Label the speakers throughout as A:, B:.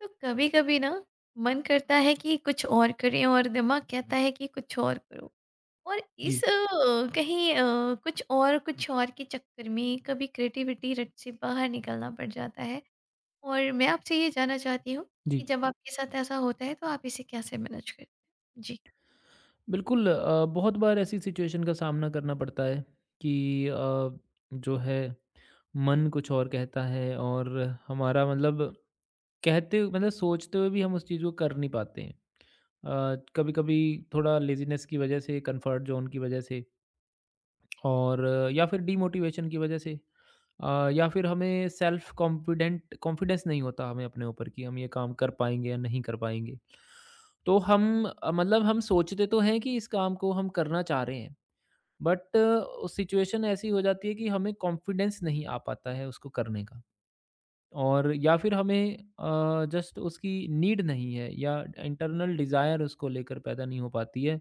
A: तो कभी कभी ना मन करता है कि कुछ और करें और दिमाग कहता है कि कुछ और करो। और
B: जी,
A: इस कहीं कुछ और के चक्कर में कभी क्रिएटिविटी रट से बाहर निकलना पड़ जाता है। और मैं आपसे ये जानना चाहती हूँ कि
B: जी।
A: जब आपके साथ ऐसा होता है तो आप इसे कैसे मैनेज करते हैं। जी
B: बिल्कुल बहुत बार ऐसी सिचुएशन का सामना करना पड़ता है कि अ, जो है मन कुछ और कहता है और हमारा मतलब कहते मतलब सोचते हुए भी हम उस चीज़ को कर नहीं पाते हैं। कभी-कभी थोड़ा लेज़ीनेस की वजह से, कम्फर्ट ज़ोन की वजह से और या फिर डीमोटिवेशन की वजह से या फिर हमें सेल्फ कॉन्फिडेंट कॉन्फिडेंस नहीं होता हमें अपने ऊपर कि हम ये काम कर पाएंगे या नहीं कर पाएंगे। तो हम मतलब हम सोचते तो हैं कि इस काम को हम करना चाह रहे हैं, बट सिचुएशन ऐसी हो जाती है कि हमें कॉन्फिडेंस नहीं आ पाता है उसको करने का। और या फिर हमें जस्ट उसकी नीड नहीं है या इंटरनल डिज़ायर उसको लेकर पैदा नहीं हो पाती है।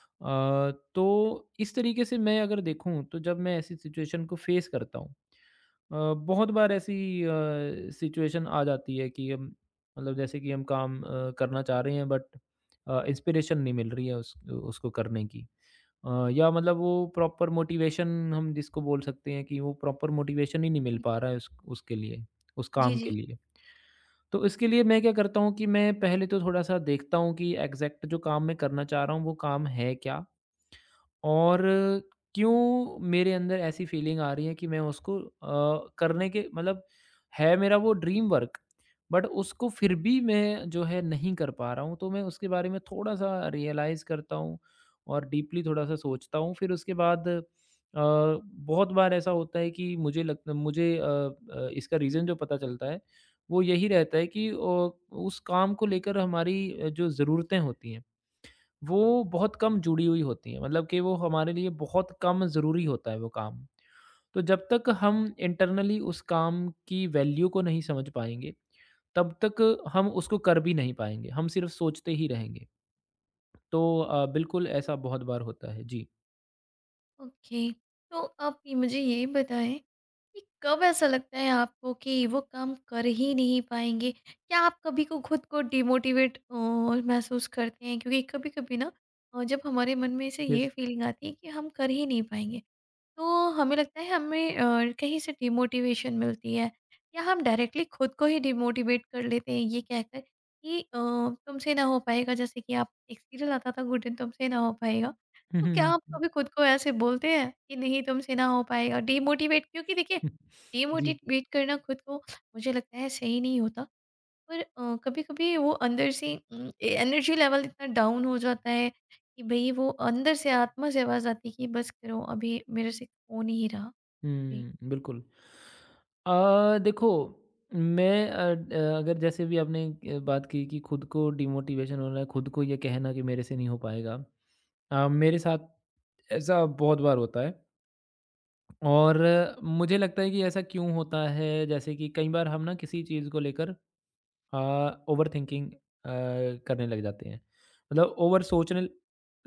B: अ, तो इस तरीके से मैं अगर देखूँ तो जब मैं ऐसी सिचुएशन को फेस करता हूँ बहुत बार ऐसी अ, सिचुएशन आ जाती है कि हम मतलब जैसे कि हम काम करना चाह रहे हैं बट इंस्पिरेशन नहीं मिल रही है उस उसको करने की या मतलब वो प्रॉपर मोटिवेशन हम जिसको बोल सकते हैं कि वो प्रॉपर मोटिवेशन ही नहीं मिल पा रहा है उस उसके लिए उस
A: जी
B: काम के
A: जी।
B: लिए। तो इसके लिए मैं क्या करता हूँ कि मैं पहले तो थोड़ा सा देखता हूँ कि एग्जैक्ट जो काम मैं करना चाह रहा हूँ वो काम है क्या और क्यों मेरे अंदर ऐसी फीलिंग आ रही है कि मैं उसको करने के मतलब है मेरा वो ड्रीम वर्क बट उसको फिर भी मैं जो है नहीं कर पा रहा हूँ तो मैं उसके बारे में थोड़ा सा रियलाइज करता हूँ और डीपली थोड़ा सा सोचता हूँ फिर उसके बाद बहुत बार ऐसा होता है कि मुझे लगता मुझे अ, अ, इसका रीज़न जो पता चलता है वो यही रहता है कि उस काम को लेकर हमारी जो ज़रूरतें होती हैं वो बहुत कम जुड़ी हुई होती हैं, मतलब कि वो हमारे लिए बहुत कम ज़रूरी होता है वो काम। तो जब तक हम इंटरनली उस काम की वैल्यू को नहीं समझ पाएँगे, तब तक हम उसको कर भी नहीं पाएँगे, हम सिर्फ़ सोचते ही रहेंगे। तो बिल्कुल ऐसा बहुत बार होता है। जी।
A: ओके। मुझे ये बताएं कि कब ऐसा लगता है आपको कि वो काम कर ही नहीं पाएँगे? क्या आप कभी को खुद को डिमोटिवेट महसूस करते हैं? क्योंकि कभी-कभी ना जब हमारे मन में से ये
B: यस।
A: फीलिंग आती है कि हम कर ही नहीं पाएँगे, तो हमें लगता है हमें कहीं से डिमोटिवेशन मिलती है, या हम डायरेक्टली खुद को ही डिमोटिवेट कर लेते हैं ये कहकर कि तुमसे ना हो पाएगा। जैसे कि आप एक सीरियल आता था गुड एंड तुमसे ना हो पाएगा।
B: हुँ,
A: तो क्या
B: हुँ,
A: आप
B: हुँ,
A: कभी खुद को ऐसे बोलते हैं कि नहीं तुमसे ना हो पाएगा, डिमोटिवेट, क्योंकि देखिए
B: हुँ। जी।
A: डिमोटिवेट करना खुद को मुझे लगता है सही नहीं होता। पर कभी कभी वो अंदर से एनर्जी लेवल इतना डाउन हो जाता है कि भाई वो अंदर से आत्मा से आवाज आती है कि बस करो, अभी मेरे से हो नहीं रहा। जी
B: हुँ, बिल्कुल। देखो मैं अ, ड अगर जैसे भी आपने बात की कि खुद को डिमोटिवेशन हो रहा है, खुद को ये कहना कि मेरे से नहीं हो पाएगा। मेरे साथ ऐसा बहुत बार होता है और मुझे लगता है कि ऐसा क्यों होता है जैसे कि कई बार हम ना किसी चीज़ को लेकर हाँ, ओवरथिंकिंग करने लग जाते हैं। मतलब ओवर सोचने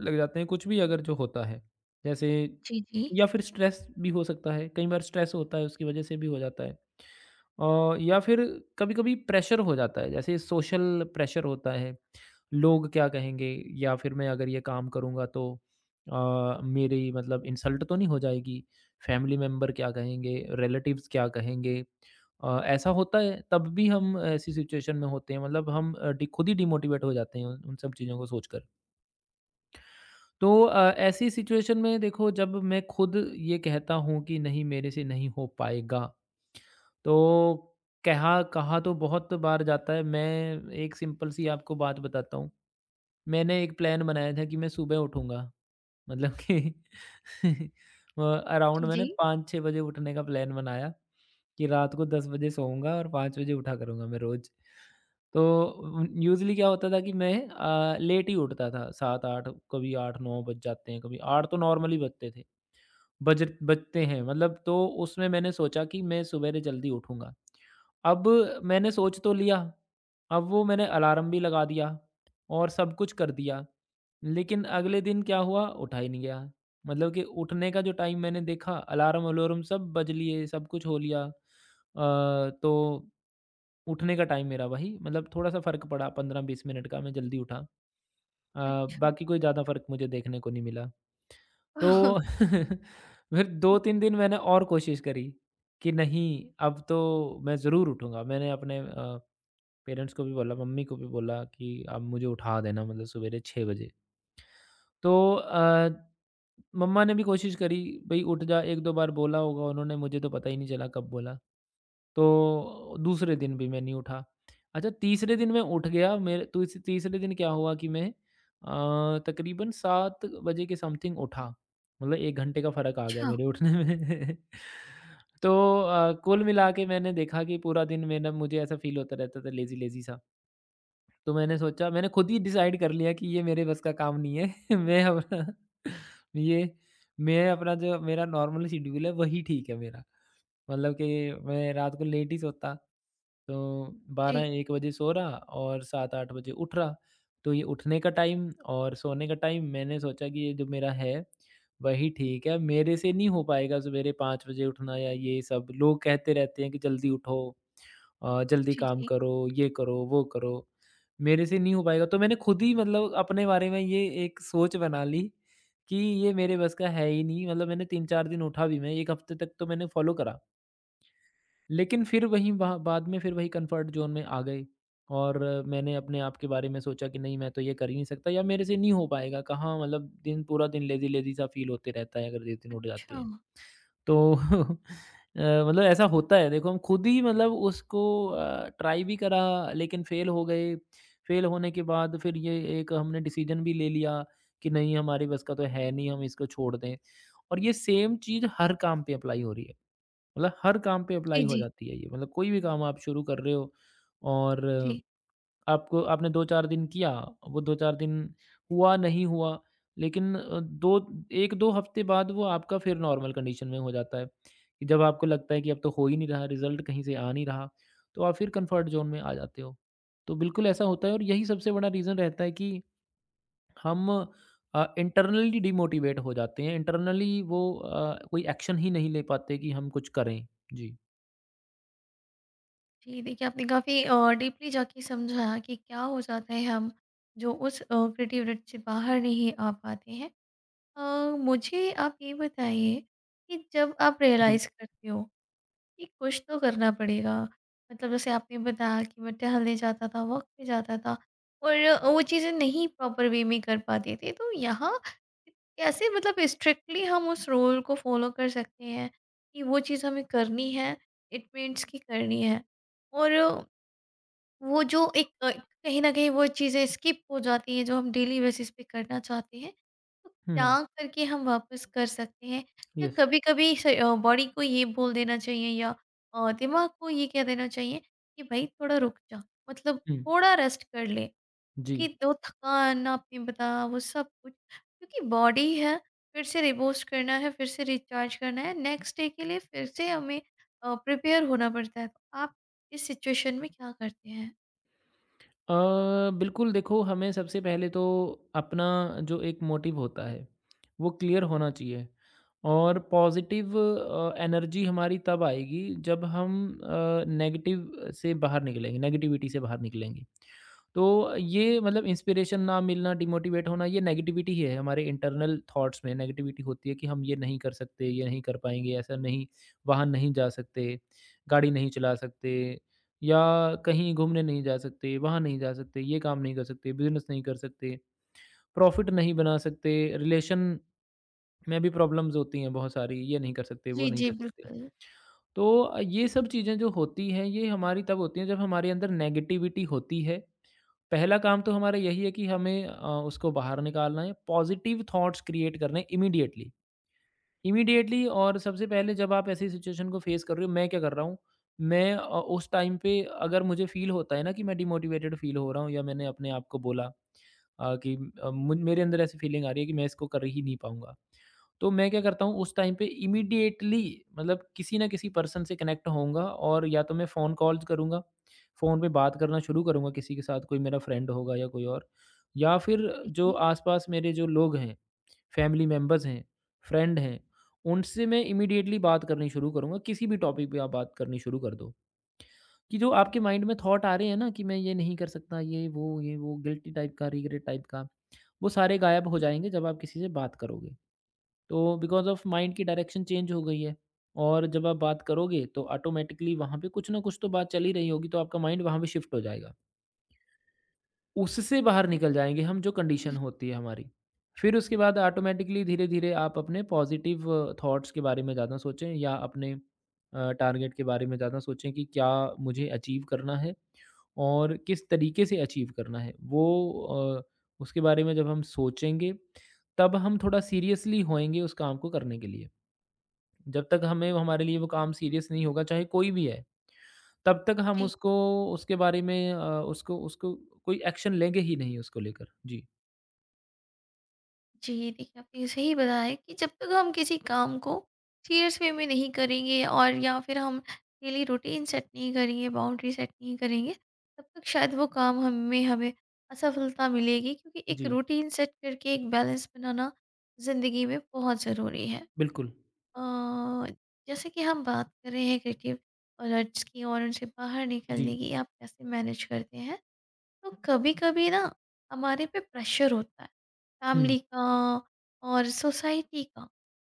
B: लग जाते हैं कुछ भी अगर जो होता है। जैसे
A: जी जी
B: या फिर स्ट्रेस भी हो सकता है, कई बार स्ट्रेस होता है उसकी वज़ह से भी हो जाता है। या फिर कभी-कभी प्रेशर हो जाता है, जैसे सोशल प्रेशर होता है, लोग क्या कहेंगे या फिर मैं अगर ये काम करूँगा तो मेरी मतलब इंसल्ट तो नहीं हो जाएगी, फैमिली मेंबर क्या कहेंगे, रिलेटिव्स क्या कहेंगे। ऐसा होता है, तब भी हम ऐसी सिचुएशन में होते हैं मतलब हम अ, डि खुद ही डिमोटिवेट हो जाते हैं उन उन सब चीज़ों को सोचकर। तो ऐसी सिचुएशन में देखो जब मैं खुद ये कहता हूँ कि नहीं मेरे से नहीं हो पाएगा तो कहा कहा तो बहुत बार जाता है। मैं एक सिंपल सी आपको बात बताता हूँ। मैंने एक प्लान बनाया था कि मैं सुबह उठूँगा। मतलब कि अराउंड
A: जी जी।
B: मैंने 5-6 बजे उठने का प्लान बनाया कि रात को 10 बजे सोऊँगा और 5 बजे उठा करूँगा मैं रोज़। तो यूज़ुअली क्या होता था कि मैं लेट ही उठता था। 7-8 कभी 8-9 बज जाते हैं, कभी 8 तो नॉर्मली बजते थे। बजट बजते हैं मतलब तो उसमें मैंने सोचा कि मैं सवेरे जल्दी उठूँगा। अब मैंने सोच तो लिया, अब वो मैंने अलार्म भी लगा दिया और सब कुछ कर दिया, लेकिन अगले दिन क्या हुआ? उठा ही नहीं गया। मतलब कि उठने का जो टाइम मैंने देखा अलार्म-वलार्म सब बज लिए, सब कुछ हो लिया। तो उठने का टाइम मेरा वही मतलब थोड़ा-सा फ़र्क पड़ा 15-20 मिनट का, मैं जल्दी उठा। अ,
A: अच्छा।
B: बाकी कोई ज़्यादा फ़र्क मुझे देखने को नहीं मिला। तो फिर 2-3 दिन मैंने और कोशिश करी कि नहीं, अब तो मैं ज़रूर उठूँगा। मैंने अपने पेरेंट्स को भी बोला, मम्मी को भी बोला कि आप मुझे उठा देना मतलब सवेरे 6 बजे। तो मम्मा ने भी कोशिश करी, भई उठ जा, 1-2 बार बोला होगा उन्होंने, मुझे तो पता ही नहीं चला कब बोला। तो दूसरे दिन भी मैं नहीं उठा। अच्छा तीसरे दिन मैं उठ गया मेरे तो इस तीसरे दिन क्या हुआ कि मैं तकरीबन 7 बजे के समथिंग उठा। मतलब 1 घंटे का फ़र्क आ गया
A: अच्छा।
B: मेरे उठने में। तो कुल मिला के मैंने देखा कि पूरा दिन में ना मुझे ऐसा फ़ील होता रहता था लेज़ी-लेज़ी सा। तो मैंने सोचा मैंने खुद ही डिसाइड कर लिया कि ये मेरे बस का काम नहीं है। मैं अपना ये मैं अपना जो मेरा नॉर्मल शेड्यूल है वही ठीक है मेरा। मतलब कि मैं रात को लेट ही सोता तो
A: जी
B: 12-1 बजे सो रहा और 7-8 बजे उठ रहा। तो ये उठने का टाइम और सोने का टाइम मैंने सोचा कि ये जो मेरा है, वही ठीक है। मेरे से नहीं हो पाएगा सवेरे 5 बजे उठना या ये सब। लोग कहते रहते हैं कि जल्दी उठो जल्दी
A: जी
B: काम
A: जी।
B: करो, ये करो, वो करो। मेरे से नहीं हो पाएगा तो मैंने खुद ही मतलब अपने बारे में ये एक सोच बना ली कि ये मेरे बस का है ही नहीं। मतलब मैंने 3-4 दिन उठा भी मैं, 1 हफ्ते तक तो मैंने फॉलो करा। लेकिन फिर वहीं बा बाद में फिर वही कम्फ़र्ट ज़ोन में आ गए और मैंने अपने आप के बारे में सोचा कि नहीं मैं तो ये कर ही नहीं सकता या मेरे से नहीं हो पाएगा, कहाँ मतलब दिन पूरा दिन लेज़ी-लेज़ी सा फ़ील होते रहता है अगर ये दिन उठ जाते
A: अच्छा।
B: हैं। तो मतलब ऐसा होता है देखो हम खुद ही मतलब उसको ट्राई भी करा लेकिन फ़ेल हो गए। फ़ेल होने के बाद फिर ये एक हमने डिसीज़न भी ले लिया कि नहीं हमारे बस का तो है नहीं हम इसको छोड़ दें और ये सेम चीज़ हर काम पे अप्लाई हो रही है। मतलब हर काम पे
A: जी
B: अप्लाई हो
A: जी
B: जाती है ये मतलब कोई भी काम आप शुरू कर रहे हो और
A: जी
B: आपको आपने 2-4 दिन किया, वो 2-4 दिन हुआ, नहीं हुआ, लेकिन अ, दो 1-2 हफ्ते बाद वो आपका फिर नॉर्मल कंडीशन में हो जाता है, कि जब आपको लगता है कि अब तो हो ही नहीं रहा, रिज़ल्ट कहीं से आ नहीं रहा, तो आप फिर कंफर्ट ज़ोन में आ जाते हो। तो बिल्कुल ऐसा होता है और यही सबसे बड़ा रीज़न रहता है कि हम इंटरनली डिमोटिवेट हो जाते हैं, इंटरनली वो कोई एक्शन ही नहीं ले पाते कि हम कुछ करें। जी।
A: जी। देखिए आपने काफ़ी डीपली जाके समझाया कि क्या हो जाता है हम जो उस क्रिएटिव रट से बाहर नहीं आ पाते हैं। अ, मुझे आप ये बताइए कि जब आप
B: जी।
A: रियलाइज़ करते हो कि कुछ तो करना पड़ेगा। मतलब जैसे आपने बताया कि मैं टहलने जाता था, वॉक पे जाता था और वो चीज़ें नहीं प्रॉपर वे में कर पाती थी। तो यहाँ कैसे मतलब स्ट्रिक्टली हम उस रूल को फॉलो कर सकते हैं कि वो चीज़ हमें करनी है, इट मीन्स कि करनी है। और वो जो एक कहीं न कहीं वो चीज़ें स्किप हो जाती हैं जो हम डेली बेसिस पे करना चाहते हैं। तो क्या
B: हुँ,
A: करके हम वापस कर सकते हैं? या
B: यस।
A: कभी-कभी बॉडी को ये बोल देना चाहिए, या दिमाग को ये कह देना चाहिए कि भाई थोड़ा रुक जा, मतलब
B: हुँ,
A: थोड़ा रेस्ट कर ले।
B: जी।
A: क्योंकि जो थकान आपने बताया वो सब कुछ, क्योंकि बॉडी है, फिर से रीबूस्ट करना है, फिर से रिचार्ज करना है, नेक्स्ट डे के लिए फिर से हमें प्रिपेयर होना पड़ता है। तो आप इस सिचुएशन में क्या करते हैं?
B: अ, बिल्कुल देखो हमें सबसे पहले तो अपना जो एक मोटिव होता है, वो क्लियर होना चाहिए और पॉज़िटिव एनर्जी हमारी तब आएगी जब हम नेगेटिव से बाहर निकलेंगे, नेगेटिविटी से बाहर निकलेंगे। तो ये मतलब इंस्पिरेशन ना मिलना, डिमोटिवेट होना ये नेगेटिविटी ही है हमारे इंटरनल थॉट्स में नेगेटिविटी होती है कि हम ये नहीं कर सकते, ये नहीं कर पाएँगे, ऐसा नहीं वहाँ नहीं जा सकते, गाड़ी नहीं चला सकते या कहीं घूमने नहीं जा सकते, वहाँ नहीं जा सकते, ये काम नहीं कर सकते, बिज़नेस नहीं कर सकते, प्रॉफ़िट नहीं बना सकते, रिलेशन में भी प्रॉब्लम्स होती हैं बहुत सारी, ये नहीं कर सकते, वो
A: जी,
B: नहीं
A: जी,
B: कर सकते।
A: बिल्कुल।
B: तो ये सब चीज़ें जो होती हैं, ये हमारी तब होती हैं जब हमारे अंदर नेगेटिविटी होती है। पहला काम तो हमारा यही है कि हमें उसको बाहर निकालना है, पॉज़िटिव थॉट्स क्रिएट करने इमीडिएटली। इमीडिएटली और सबसे पहले जब आप ऐसी सिचुएशन को फेस कर रहे हो मैं क्या कर रहा हूँ मैं उस टाइम पे अगर मुझे फील होता है ना कि मैं डिमोटिवेटेड फील हो रहा हूँ या मैंने अपने आप को बोला अ, कि मेरे अंदर ऐसी फीलिंग आ रही है कि मैं इसको कर ही नहीं पाऊंगा तो मैं क्या करता हूँ उस टाइम पे इमीडिएटली मतलब किसी ना किसी पर्सन से कनेक्ट होऊंगा और या तो मैं फ़ोन कॉल्स करूँगा फ़ोन पे बात करना शुरू करूँगा किसी के साथ कोई मेरा फ्रेंड होगा या कोई और या फिर जो
A: जी,
B: आसपास मेरे जो लोग हैं फैमिली मेंबर्स हैं, फ्रेंड हैं, उनसे मैं इमीडिएटली बात करनी शुरू करूँगा, किसी भी टॉपिक पे आप बात करनी शुरू कर दो। कि जो आपके माइंड में थॉट आ रहे हैं ना कि मैं ये नहीं कर सकता, ये वो गिल्टी टाइप का, रिग्रेट टाइप का, वो सारे गायब हो जाएँगे जब आप किसी से बात करोगे। तो बिकॉज़ ऑफ माइंड की डायरेक्शन चेंज हो गई है और जब आप बात करोगे तो ऑटोमैटिकली वहाँ पे कुछ ना कुछ तो बात चल ही रही होगी, तो आपका माइंड वहाँ पे शिफ्ट हो जाएगा। उससे बाहर
A: जी,
B: निकल जाएँगे हम जो कंडीशन होती है हमारी। फिर उसके बाद ऑटोमैटिकली धीरे-धीरे आप अपने पॉज़िटिव थॉट्स के बारे में ज़्यादा सोचें या अपने टारगेट के बारे में ज़्यादा सोचें कि क्या मुझे अचीव करना है और किस तरीके से अचीव करना है। अ, उसके बारे में जब हम सोचेंगे, तब हम थोड़ा सीरियसली होएँगे उस काम को करने के लिए। जब तक हमें हमारे लिए वो काम सीरियस नहीं होगा, चाहे कोई भी है। तब तक हम
A: जी।
B: उसको उसके बारे में उसको उसको कोई एक्शन लेंगे ही नहीं उसको लेकर। जी,
A: जी, देखिए आपने सही बताया है कि जब तक हम किसी काम को सीरियस वे में नहीं करेंगे और या फिर हम डेली रूटीन सेट नहीं करेंगे, बाउंड्री सेट नहीं करेंगे, तब तक शायद वो काम हमें हमें असफलता मिलेगी। क्योंकि एक
B: जी,
A: रूटीन सेट करके एक बैलेंस बनाना ज़िंदगी में बहुत ज़रूरी है।
B: बिल्कुल।
A: अ, जैसे कि हम बात कर रहे हैं क्रिएटिव अलर्ट्स की और उनसे बाहर निकलने
B: जी,
A: की, आप कैसे मैनेज करते हैं? तो कभी कभी ना हमारे पे प्रेशर होता है
B: हुँ,
A: फैमिली का और सोसाइटी का।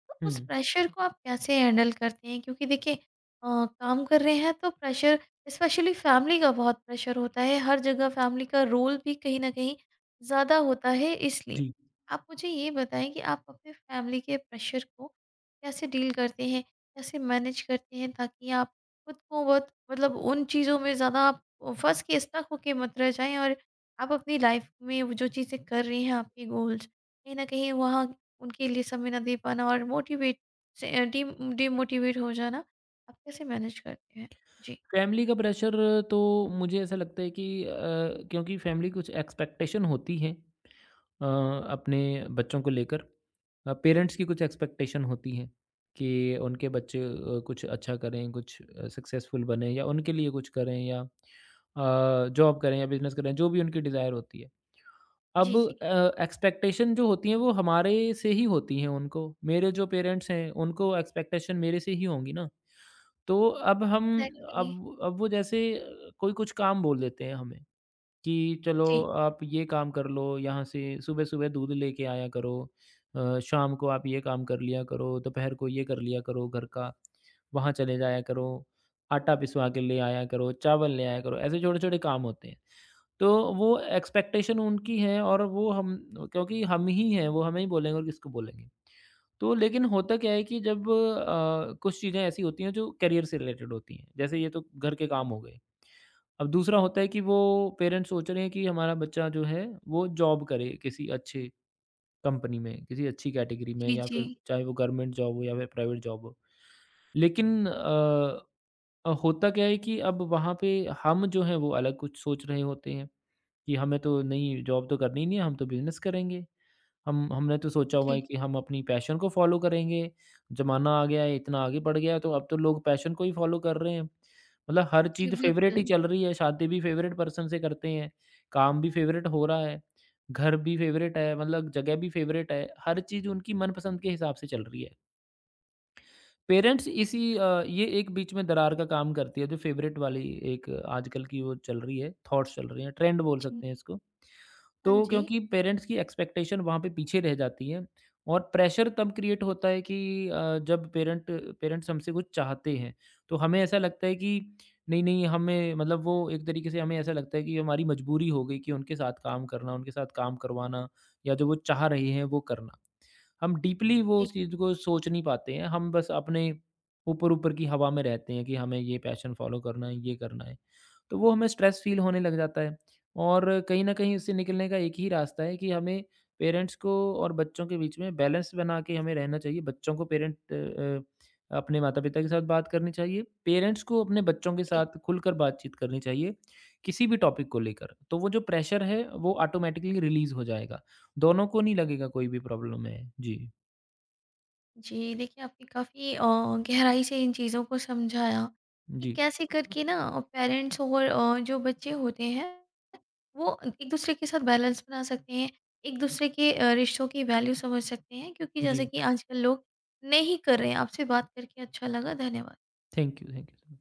A: तो
B: हुँ,
A: उस प्रेशर को आप कैसे हैंडल करते हैं? क्योंकि देखिए काम कर रहे हैं तो प्रेशर स्पेशली फैमिली का बहुत प्रेशर होता है, हर जगह फैमिली का रोल भी कहीं ना कहीं ज़्यादा होता है। इसलिए
B: जी।
A: आप मुझे ये बताएं कि आप अपने फैमिली के प्रेशर को कैसे डील करते हैं, कैसे मैनेज करते हैं, ताकि आप खुद को बहुत मतलब उन चीज़ों में ज़्यादा आप फँस के स्टक होके मत रह जाएँ, और आप अपनी लाइफ में वो जो चीज़ें कर रही हैं आपके गोल्स, कहीं न कहीं वहाँ उनके लिए समय ना दे पाना और मोटिवेट से अ, डी डीमोटिवेट हो जाना, आप कैसे मैनेज करते हैं? जी।
B: फैमिली का प्रेशर तो मुझे ऐसा लगता है कि क्योंकि फैमिली कुछ एक्सपेक्टेशन होती है अ, अपने बच्चों को लेकर। पेरेंट्स की कुछ एक्सपेक्टेशन होती है कि उनके बच्चे कुछ अच्छा करें, कुछ सक्सेसफुल बनें या उनके लिए कुछ करें या जॉब करें या बिज़नेस करें, जो भी उनकी डिज़ायर होती है।
A: जी,
B: अब
A: जी।
B: एक्सपेक्टेशन जो होती है वो हमारे से ही होती हैं उनको। मेरे जो पेरेंट्स हैं उनको एक्सपेक्टेशन मेरे से ही होंगी ना। तो अब हम
A: एग्ज़ैक्टली।
B: अब वो जैसे कोई कुछ काम बोल देते हैं हमें कि चलो
A: जी,
B: आप ये काम कर लो, यहाँ से सुबह-सुबह दूध लेके आया करो, शाम को आप ये काम कर लिया करो, दोपहर को ये कर लिया करो घर का, वहाँ चले जाया करो, आटा पिसवा के ले आया करो, चावल ले आया करो। ऐसे छोटे-छोटे काम होते हैं। तो वो एक्सपेक्टेशन उनकी है और वो हम क्योंकि हम ही हैं, वो हमें ही बोलेंगे और किसको बोलेंगे। तो लेकिन होता क्या है कि जब कुछ चीज़ें ऐसी होती हैं जो करियर से रिलेटेड होती हैं, जैसे ये तो घर के काम हो गए। अब दूसरा होता है कि वो पेरेंट्स सोच रहे हैं कि हमारा बच्चा जो है वो जॉब करे किसी अच्छे कंपनी में, किसी अच्छी कैटेगरी में
A: जी,
B: या
A: जी।
B: फिर चाहे वो गवर्नमेंट जॉब हो या फिर प्राइवेट जॉब हो। लेकिन होता क्या है कि अब वहाँ पे हम जो हैं वो अलग कुछ सोच रहे होते हैं। कि हमें तो नहीं जॉब तो करनी नहीं है, हम तो बिज़नेस करेंगे। हम हमने तो सोचा हुआ
A: जी,
B: है कि हम अपनी पैशन को फ़ॉलो करेंगे, ज़माना आ गया है, इतना आगे बढ़ गया है, तो अब तो लोग पैशन को ही फ़ॉलो कर रहे हैं। मतलब हर
A: जी,
B: चीज़ फ़ेवरेट ही
A: बिल्कुल।
B: चल रही है, शादी भी फ़ेवरेट पर्सन से करते हैं, काम भी फ़ेवरेट हो रहा है, घर भी फ़ेवरेट है, मतलब जगह भी फ़ेवरेट है, हर चीज़ उनकी मनपसंद के हिसाब से चल रही है। पेरेंट्स ये एक बीच में दरार का काम करती है जो फेवरेट वाली एक आजकल की वो चल रही है थॉट्स चल रही हैं ट्रेंड बोल
A: जी।
B: सकते हैं इसको।
A: हाँ
B: तो
A: जी।
B: क्योंकि पेरेंट्स की एक्सपेक्टेशन वहाँ पे पीछे रह जाती है और प्रेशर तब क्रिएट होता है कि जब पेरेंट्स हमसे कुछ चाहते हैं तो हमें ऐसा लगता है कि नहीं नहीं हमें मतलब वो एक तरीके से हमें ऐसा लगता है कि हमारी मजबूरी हो गई कि उनके साथ काम करना उनके साथ काम करवाना या जो वो चाह रहे हैं वो करना हम डीपली वो
A: जी,
B: उस चीज़ को सोच नहीं पाते हैं। हम बस अपने ऊपर-ऊपर की हवा में रहते हैं कि हमें ये पैशन फ़ॉलो करना है, ये करना है। तो वो हमें स्ट्रेस फ़ील होने लग जाता है और कहीं न कहीं उससे निकलने का एक ही रास्ता है कि हमें पेरेंट्स को और बच्चों के बीच में बैलेंस बना के हमें रहना चाहिए। बच्चों को अपने माता-पिता के साथ बात करनी चाहिए। पेरेंट्स को अपने बच्चों के
A: जी।
B: साथ खुलकर बातचीत करनी चाहिए, किसी भी टॉपिक को लेकर। तो वो जो प्रेशर है, वो ऑटोमैटिकली रिलीज़ हो जाएगा। दोनों को नहीं लगेगा कोई भी प्रॉब्लम है। जी,
A: जी, देखिए आपने काफ़ी गहराई से इन चीज़ों को समझाया कि
B: जी,
A: कैसे करके ना पेरेंट्स और जो बच्चे होते हैं वो एक-दूसरे के साथ बैलेंस बना सकते हैं, एक-दूसरे के रिश्तों की वैल्यू समझ सकते हैं, क्योंकि जैसे
B: जी।
A: कि आजकल लोग नहीं कर रहे हैं। आपसे बात करके अच्छा लगा, धन्यवाद।
B: Thank you, thank you.